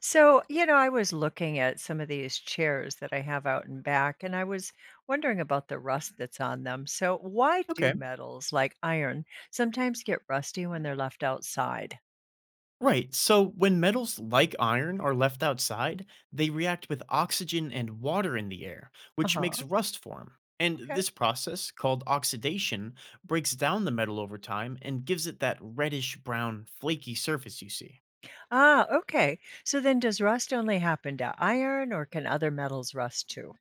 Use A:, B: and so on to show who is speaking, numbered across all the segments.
A: I was looking at some of these chairs that I have out and back, and I was wondering about the rust that's on them. So, why do
B: Okay.
A: metals like iron sometimes get rusty when they're left outside?
B: Right. So when metals like iron are left outside, they react with oxygen and water in the air,
A: Uh
B: which
A: huh.
B: makes rust form. And
A: Okay.
B: this process, called oxidation, breaks down the metal over time and gives it that reddish brown, flaky surface you see.
A: Ah, okay. So then, does rust only happen to iron, or can other metals rust too?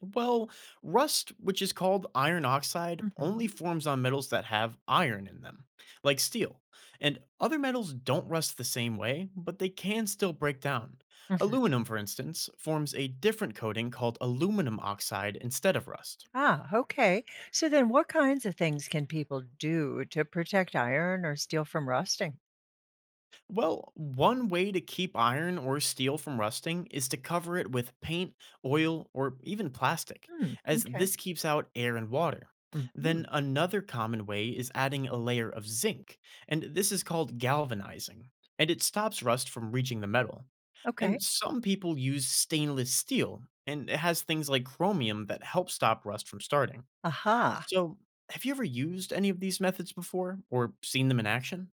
B: Well, rust, which is called iron oxide, only
A: Mhm.
B: forms on metals that have iron in them, like steel. And other metals don't rust the same way, but they can still break down.
A: Mhm.
B: Aluminum, for instance, forms a different coating called aluminum oxide instead of rust.
A: Ah, okay. So then, what kinds of things can people do to protect iron or steel from rusting?
B: Well, one way to keep iron or steel from rusting is to cover it with paint, oil, or even plastic,
A: Hmm.
B: as
A: Okay.
B: this keeps out air and water.
A: Hmm.
B: Then another common way is adding a layer of zinc, and this is called galvanizing, and it stops rust from reaching the metal.
A: Okay.
B: And some people use stainless steel, and it has things like chromium that help stop rust from starting.
A: Aha.
B: So, have you ever used any of these methods before or seen them in action?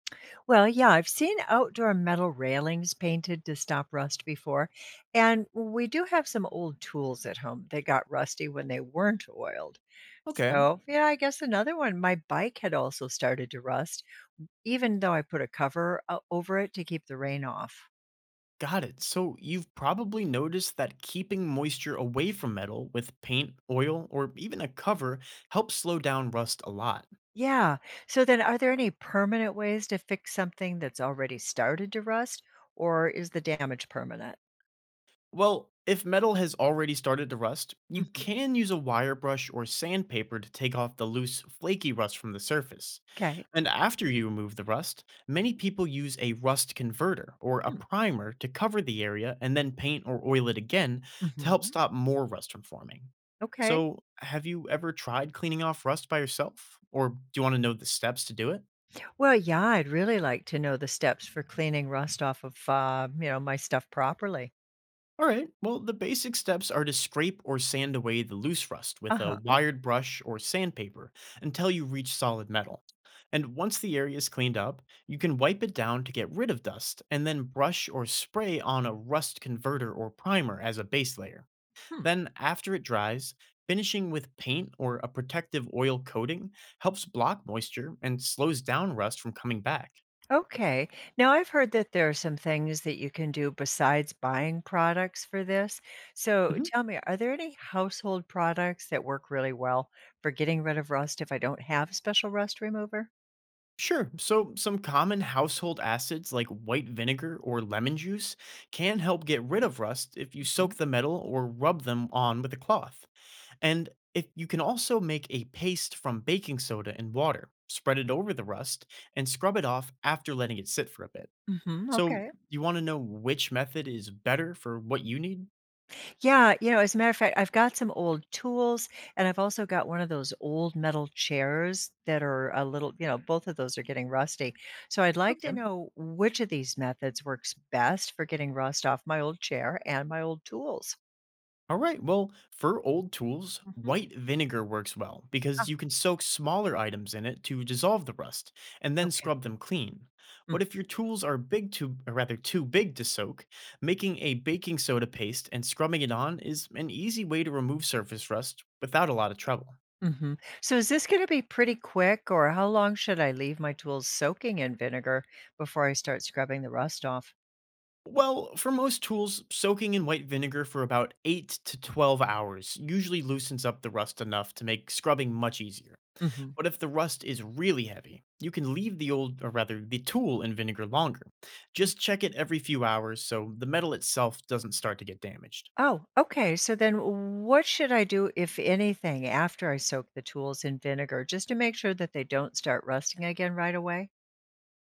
A: Well, yeah, I've seen outdoor metal railings painted to stop rust before, and we do have some old tools at home that got rusty when they weren't oiled.
B: Okay.
A: So, yeah, I guess another one, my bike had also started to rust, even though I put a cover over it to keep the rain off.
B: Got it. So you've probably noticed that keeping moisture away from metal with paint, oil, or even a cover helps slow down rust a lot.
A: Yeah. So then are there any permanent ways to fix something that's already started to rust, or is the damage permanent?
B: Well, if metal has already started to rust, you
A: Hmm.
B: can use a wire brush or sandpaper to take off the loose, flaky rust from the surface.
A: Okay.
B: And after you remove the rust, many people use a rust converter or a
A: Hmm.
B: primer to cover the area and then paint or oil it again to help
A: Mm-hmm.
B: stop more rust from forming.
A: Okay.
B: So, have you ever tried cleaning off rust by yourself? Or do you want to know the steps to do it?
A: Well, yeah, I'd really like to know the steps for cleaning rust off of, my stuff properly.
B: All right. Well, the basic steps are to scrape or sand away the loose rust with a
A: Uh-huh.
B: wired brush or sandpaper until you reach solid metal. And once the area is cleaned up, you can wipe it down to get rid of dust and then brush or spray on a rust converter or primer as a base layer.
A: Hmm.
B: Then, after it dries, finishing with paint or a protective oil coating helps block moisture and slows down rust from coming back.
A: Okay. Now, I've heard that there are some things that you can do besides buying products for this. So
B: Mhm.
A: tell me, are there any household products that work really well for getting rid of rust if I don't have a special rust remover?
B: Sure. So, some common household acids like white vinegar or lemon juice can help get rid of rust if you
A: Hmm.
B: soak the metal or rub them on with a cloth. And if you can also make a paste from baking soda and water, spread it over the rust, and scrub it off after letting it sit for a bit.
A: Hmm.
B: So,
A: Okay.
B: you want to know which method is better for what you need?
A: Yeah, as a matter of fact, I've got some old tools, and I've also got one of those old metal chairs that are a little, both of those are getting rusty. So I'd like to
B: Okay.
A: know which of these methods works best for getting rust off my old chair and my old tools.
B: All right. Well, for old tools,
A: Mhm.
B: white vinegar works well
A: Oh,
B: because you can soak smaller items in it to dissolve the rust and then
A: okay.
B: scrub them clean.
A: Mm,
B: But if your tools are big too or rather too big to soak, making a baking soda paste and scrubbing it on is an easy way to remove surface rust without a lot of trouble.
A: mhm. So is this gonna be pretty quick, or how long should I leave my tools soaking in vinegar before I start scrubbing the rust off?
B: Well, for most tools, soaking in white vinegar for about 8 to 12 hours usually loosens up the rust enough to make scrubbing much easier.
A: Mhm.
B: But if the rust is really heavy, you can leave the old, or rather, the tool in vinegar longer. Just check it every few hours so the metal itself doesn't start to get damaged.
A: Oh, okay. So then what should I do, if anything, after I soak the tools in vinegar just to make sure that they don't start rusting again right away?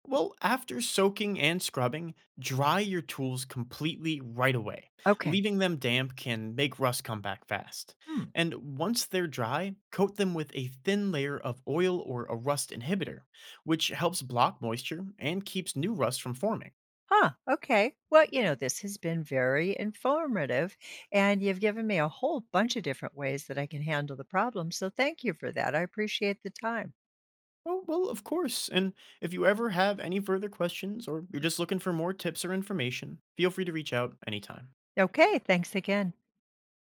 B: Well, after soaking and scrubbing, dry your tools completely right away.
A: Okay.
B: Leaving them damp can make rust come back fast.
A: Hmm.
B: And once they're dry, coat them with a thin layer of oil or a rust inhibitor, which helps block moisture and keeps new rust from forming.
A: Huh. Okay. Well, this has been very informative and you've given me a whole bunch of different ways that I can handle the problem. So thank you for that. I appreciate the time.
B: Oh, well, of course. And if you ever have any further questions or you're just looking for more tips or information, feel free to reach out anytime.
A: Okay. Thanks again.